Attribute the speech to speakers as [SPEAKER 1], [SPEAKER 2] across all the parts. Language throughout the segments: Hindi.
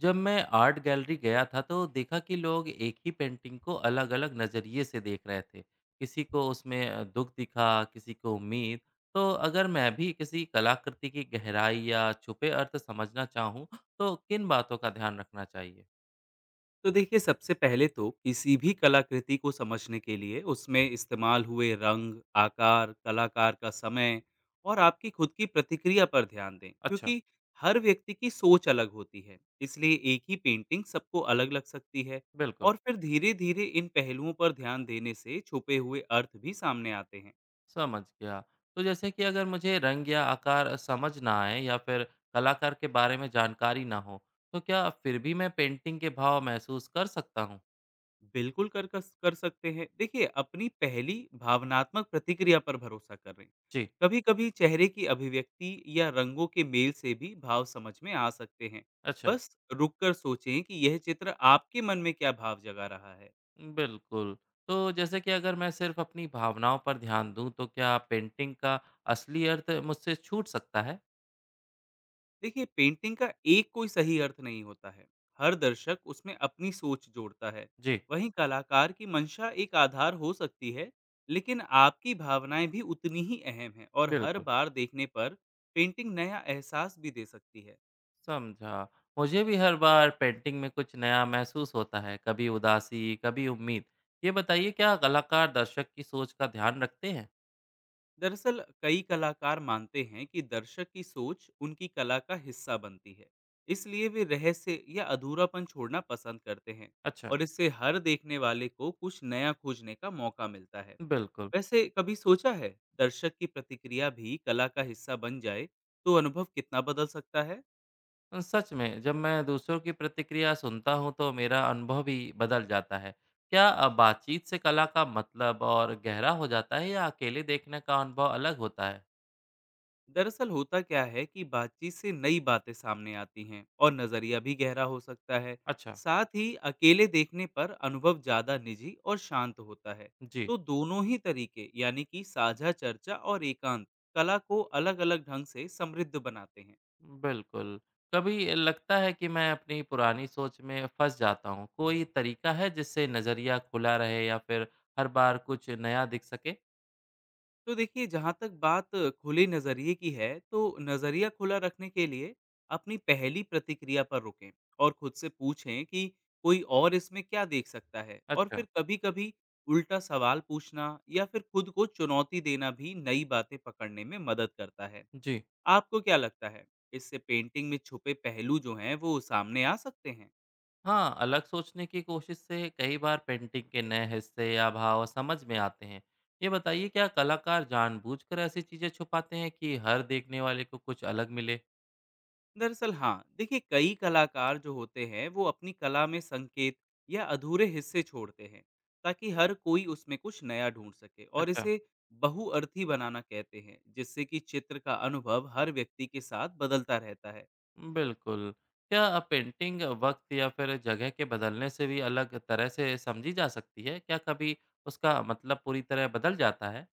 [SPEAKER 1] जब मैं आर्ट गैलरी गया था तो देखा कि लोग एक ही पेंटिंग को अलग अलग नज़रिए से देख रहे थे। किसी को उसमें दुख दिखा, किसी को उम्मीद। तो अगर मैं भी किसी कलाकृति की गहराई या छुपे अर्थ समझना चाहूँ, तो किन बातों का ध्यान रखना चाहिए?
[SPEAKER 2] तो देखिए, सबसे पहले तो किसी भी कलाकृति को समझने के लिए उसमें इस्तेमाल हुए रंग, आकार, कलाकार का समय और आपकी खुद की प्रतिक्रिया पर ध्यान दें।
[SPEAKER 1] अच्छा।
[SPEAKER 2] क्योंकि हर व्यक्ति की सोच अलग होती है, इसलिए एक ही पेंटिंग सबको अलग लग सकती है।
[SPEAKER 1] बिल्कुल।
[SPEAKER 2] और फिर धीरे धीरे इन पहलुओं पर ध्यान देने से छुपे हुए अर्थ भी सामने आते हैं।
[SPEAKER 1] समझ गया। तो जैसे कि अगर मुझे रंग या आकार समझ ना आए, या फिर कलाकार के बारे में जानकारी ना हो, तो क्या फिर भी मैं पेंटिंग के भाव महसूस कर सकता हूँ?
[SPEAKER 2] बिल्कुल कर सकते हैं। देखिए, अपनी पहली भावनात्मक प्रतिक्रिया पर भरोसा करें।
[SPEAKER 1] जी।
[SPEAKER 2] कभी-कभी चेहरे की अभिव्यक्ति या रंगों के मेल से भी भाव समझ में आ सकते हैं।
[SPEAKER 1] अच्छा।
[SPEAKER 2] बस रुक कर सोचें कि यह चित्र आपके मन में क्या भाव जगा रहा है।
[SPEAKER 1] बिल्कुल। तो जैसे कि अगर मैं सिर्फ़ अपनी भावनाओं पर ध्यान दूँ, तो क्या पेंटिंग का असली अर्थ मुझसे छूट सकता है?
[SPEAKER 2] देखिए, पेंटिंग का एक कोई सही अर्थ नहीं होता है। हर दर्शक उसमें अपनी सोच जोड़ता है।
[SPEAKER 1] जी,
[SPEAKER 2] वहीं कलाकार की मंशा एक आधार हो सकती है, लेकिन आपकी भावनाएं भी उतनी ही अहम हैं। और हर
[SPEAKER 1] बिल्कुल,
[SPEAKER 2] बार देखने पर पेंटिंग नया एहसास भी दे सकती है।
[SPEAKER 1] समझा। मुझे भी हर बार पेंटिंग में कुछ नया महसूस होता है, कभी उदासी, कभी उम्मीद। ये बताइए, क्या कलाकार दर्शक की सोच का ध्यान रखते हैं?
[SPEAKER 2] दरअसल कई कलाकार मानते हैं कि दर्शक की सोच उनकी कला का हिस्सा बनती है, इसलिए वे रहस्य या अधूरापन छोड़ना पसंद करते हैं।
[SPEAKER 1] अच्छा।
[SPEAKER 2] और इससे हर देखने वाले को कुछ नया खोजने का मौका मिलता है।
[SPEAKER 1] बिल्कुल।
[SPEAKER 2] वैसे कभी सोचा है, दर्शक की प्रतिक्रिया भी कला का हिस्सा बन जाए तो अनुभव कितना बदल सकता है?
[SPEAKER 1] सच में, जब मैं दूसरों की प्रतिक्रिया सुनता हूँ तो मेरा अनुभव भी बदल जाता है। क्या बातचीत से कला का मतलब और गहरा हो जाता है, या अकेले देखने का अनुभव अलग होता है?
[SPEAKER 2] दरअसल होता क्या है कि बातचीत से नई बातें सामने आती हैं और नजरिया भी गहरा हो सकता है।
[SPEAKER 1] अच्छा।
[SPEAKER 2] साथ ही अकेले देखने पर अनुभव ज्यादा निजी और शांत होता है।
[SPEAKER 1] जी।
[SPEAKER 2] तो दोनों ही तरीके, यानी कि साझा चर्चा और एकांत, कला को अलग-अलग ढंग से समृद्ध बनाते हैं।
[SPEAKER 1] बिल्कुल। कभी लगता है कि मैं अपनी पुरानी सोच में फंस जाता हूँ। कोई तरीका है जिससे नज़रिया खुला रहे, या फिर हर बार कुछ नया दिख सके?
[SPEAKER 2] तो देखिए, जहाँ तक बात खुले नज़रिए की है, तो नज़रिया खुला रखने के लिए अपनी पहली प्रतिक्रिया पर रुकें और खुद से पूछें कि कोई और इसमें क्या देख सकता है। और
[SPEAKER 1] अच्छा।
[SPEAKER 2] फिर कभी-कभी उल्टा सवाल पूछना या फिर खुद को चुनौती देना भी नई बातें पकड़ने में मदद करता है।
[SPEAKER 1] जी
[SPEAKER 2] आपको क्या लगता है, इससे पेंटिंग में छुपे पहलू जो हैं, वो सामने आ सकते हैं?
[SPEAKER 1] हाँ, अलग सोचने की कोशिश से कई बार पेंटिंग के नए हिस्से या भाव समझ में आते हैं। ये बताइए, क्या कलाकार जानबूझकर ऐसी चीजें छुपाते हैं कि हर देखने वाले को कुछ अलग मिले?
[SPEAKER 2] दरअसल हाँ, देखिए, कई कलाकार जो होते हैं वो अपनी कला में संकेत या अधूरे हिस्से छोड़ते हैं, ताकि हर कोई उसमें कुछ नया ढूंढ सके। और
[SPEAKER 1] अच्छा,
[SPEAKER 2] इसे बहुअर्थी बनाना कहते हैं, जिससे कि चित्र का अनुभव हर व्यक्ति के साथ बदलता रहता है।
[SPEAKER 1] बिल्कुल। क्या पेंटिंग वक्त या फिर जगह के बदलने से भी अलग तरह से समझी जा सकती है? क्या कभी उसका मतलब पूरी तरह बदल जाता है?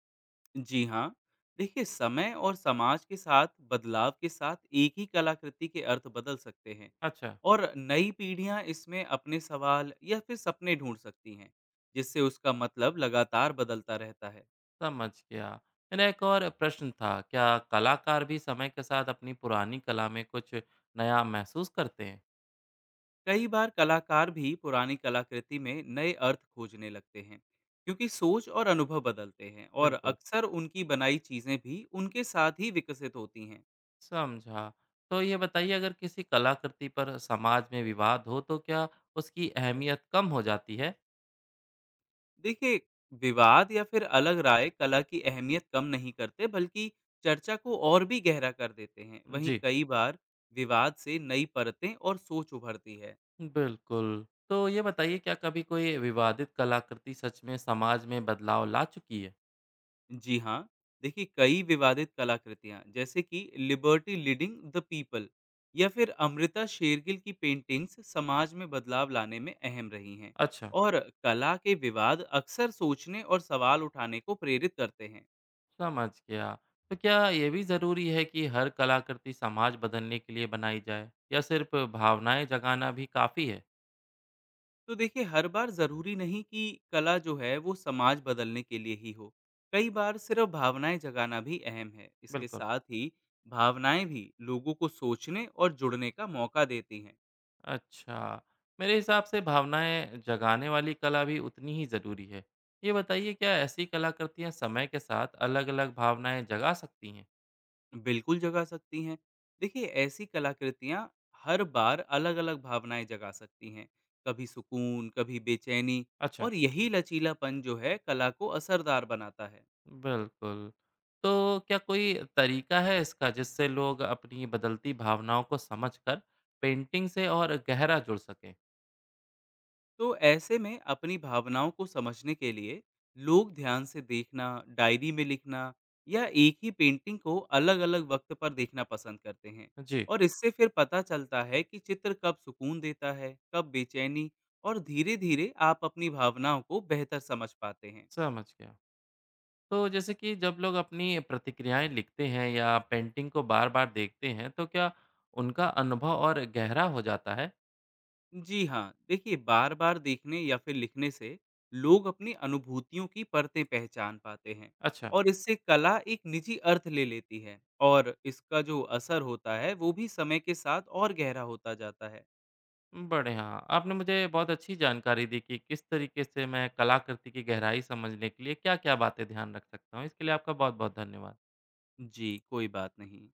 [SPEAKER 2] जी हाँ, देखिए, समय और समाज के साथ बदलाव के साथ एक ही कलाकृति के अर्थ बदल सकते हैं।
[SPEAKER 1] अच्छा,
[SPEAKER 2] और नई पीढ़ियाँ इसमें अपने सवाल या फिर सपने ढूंढ सकती हैं, जिससे उसका मतलब लगातार बदलता रहता है।
[SPEAKER 1] समझ गया। मेरा एक और प्रश्न था, क्या कलाकार भी समय के साथ अपनी पुरानी कला में कुछ नया महसूस करते हैं?
[SPEAKER 2] कई बार कलाकार भी पुरानी कलाकृति में नए अर्थ खोजने लगते हैं, क्योंकि सोच और अनुभव बदलते हैं और
[SPEAKER 1] बिल्कुल।
[SPEAKER 2] अक्सर उनकी बनाई चीजें भी उनके साथ ही विकसित होती हैं।
[SPEAKER 1] समझा। तो ये बताइए, अगर किसी कलाकृति पर समाज में विवाद हो, तो क्या उसकी अहमियत कम हो जाती है?
[SPEAKER 2] देखिए, विवाद या फिर अलग राय कला की अहमियत कम नहीं करते, बल्कि चर्चा को और भी गहरा कर देते हैं। वहीं
[SPEAKER 1] जी।
[SPEAKER 2] कई बार विवाद से नई परतें और सोच उभरती है।
[SPEAKER 1] बिल्कुल। तो ये बताइए, क्या कभी कोई विवादित कलाकृति सच में समाज में बदलाव ला चुकी है?
[SPEAKER 2] जी हाँ, देखिए, कई विवादित कलाकृतियाँ जैसे कि लिबर्टी लीडिंग द पीपल या फिर अमृता शेरगिल की पेंटिंग्स समाज में बदलाव लाने में अहम रही हैं।
[SPEAKER 1] अच्छा,
[SPEAKER 2] और कला के विवाद अक्सर सोचने और सवाल उठाने को प्रेरित करते हैं।
[SPEAKER 1] समझ गया। तो क्या ये भी ज़रूरी है कि हर कलाकृति समाज बदलने के लिए बनाई जाए, या सिर्फ भावनाएं जगाना भी काफ़ी है?
[SPEAKER 2] तो देखिए, हर बार ज़रूरी नहीं कि कला जो है वो समाज बदलने के लिए ही हो। कई बार सिर्फ भावनाएं जगाना भी अहम है। इसके
[SPEAKER 1] बिल्कुल।
[SPEAKER 2] साथ ही भावनाएं भी लोगों को सोचने और जुड़ने का मौका देती हैं।
[SPEAKER 1] अच्छा। मेरे हिसाब से भावनाएं जगाने वाली कला भी उतनी ही ज़रूरी है। ये बताइए, क्या ऐसी कलाकृतियाँ समय के साथ अलग-अलग भावनाएं जगा सकती हैं?
[SPEAKER 2] बिल्कुल जगा सकती हैं। देखिए, ऐसी कलाकृतियाँ हर बार अलग-अलग भावनाएँ जगा सकती हैं। कभी सुकून, कभी बेचैनी।
[SPEAKER 1] अच्छा।
[SPEAKER 2] और यही लचीलापन जो है कला को असरदार बनाता है।
[SPEAKER 1] बिल्कुल। तो क्या कोई तरीका है इसका, जिससे लोग अपनी बदलती भावनाओं को समझकर पेंटिंग से और गहरा जुड़ सकें?
[SPEAKER 2] तो ऐसे में अपनी भावनाओं को समझने के लिए लोग ध्यान से देखना, डायरी में लिखना या एक ही पेंटिंग को अलग-अलग वक्त पर देखना पसंद करते हैं।
[SPEAKER 1] जी।
[SPEAKER 2] और इससे फिर पता चलता है कि चित्र कब सुकून देता है, कब बेचैनी। और धीरे-धीरे आप अपनी भावनाओं को बेहतर समझ पाते हैं।
[SPEAKER 1] समझ गया। तो जैसे कि जब लोग अपनी प्रतिक्रियाएं लिखते हैं या पेंटिंग को बार-बार देखते हैं, तो क्या उनका अनुभव और गहरा हो जाता है?
[SPEAKER 2] जी हाँ, देखिए, बार बार देखने या फिर लिखने से लोग अपनी अनुभूतियों की परतें पहचान पाते हैं।
[SPEAKER 1] अच्छा।
[SPEAKER 2] और इससे कला एक निजी अर्थ ले लेती है। और इसका जो असर होता है वो भी समय के साथ और गहरा होता जाता है।
[SPEAKER 1] बढ़िया। आपने मुझे बहुत अच्छी जानकारी दी कि किस तरीके से मैं कलाकृति की गहराई समझने के लिए क्या-क्या बातें ध्यान रख सकता हूँ। इसके लिए आपका बहुत-बहुत धन्यवाद।
[SPEAKER 2] जी, कोई बात नहीं।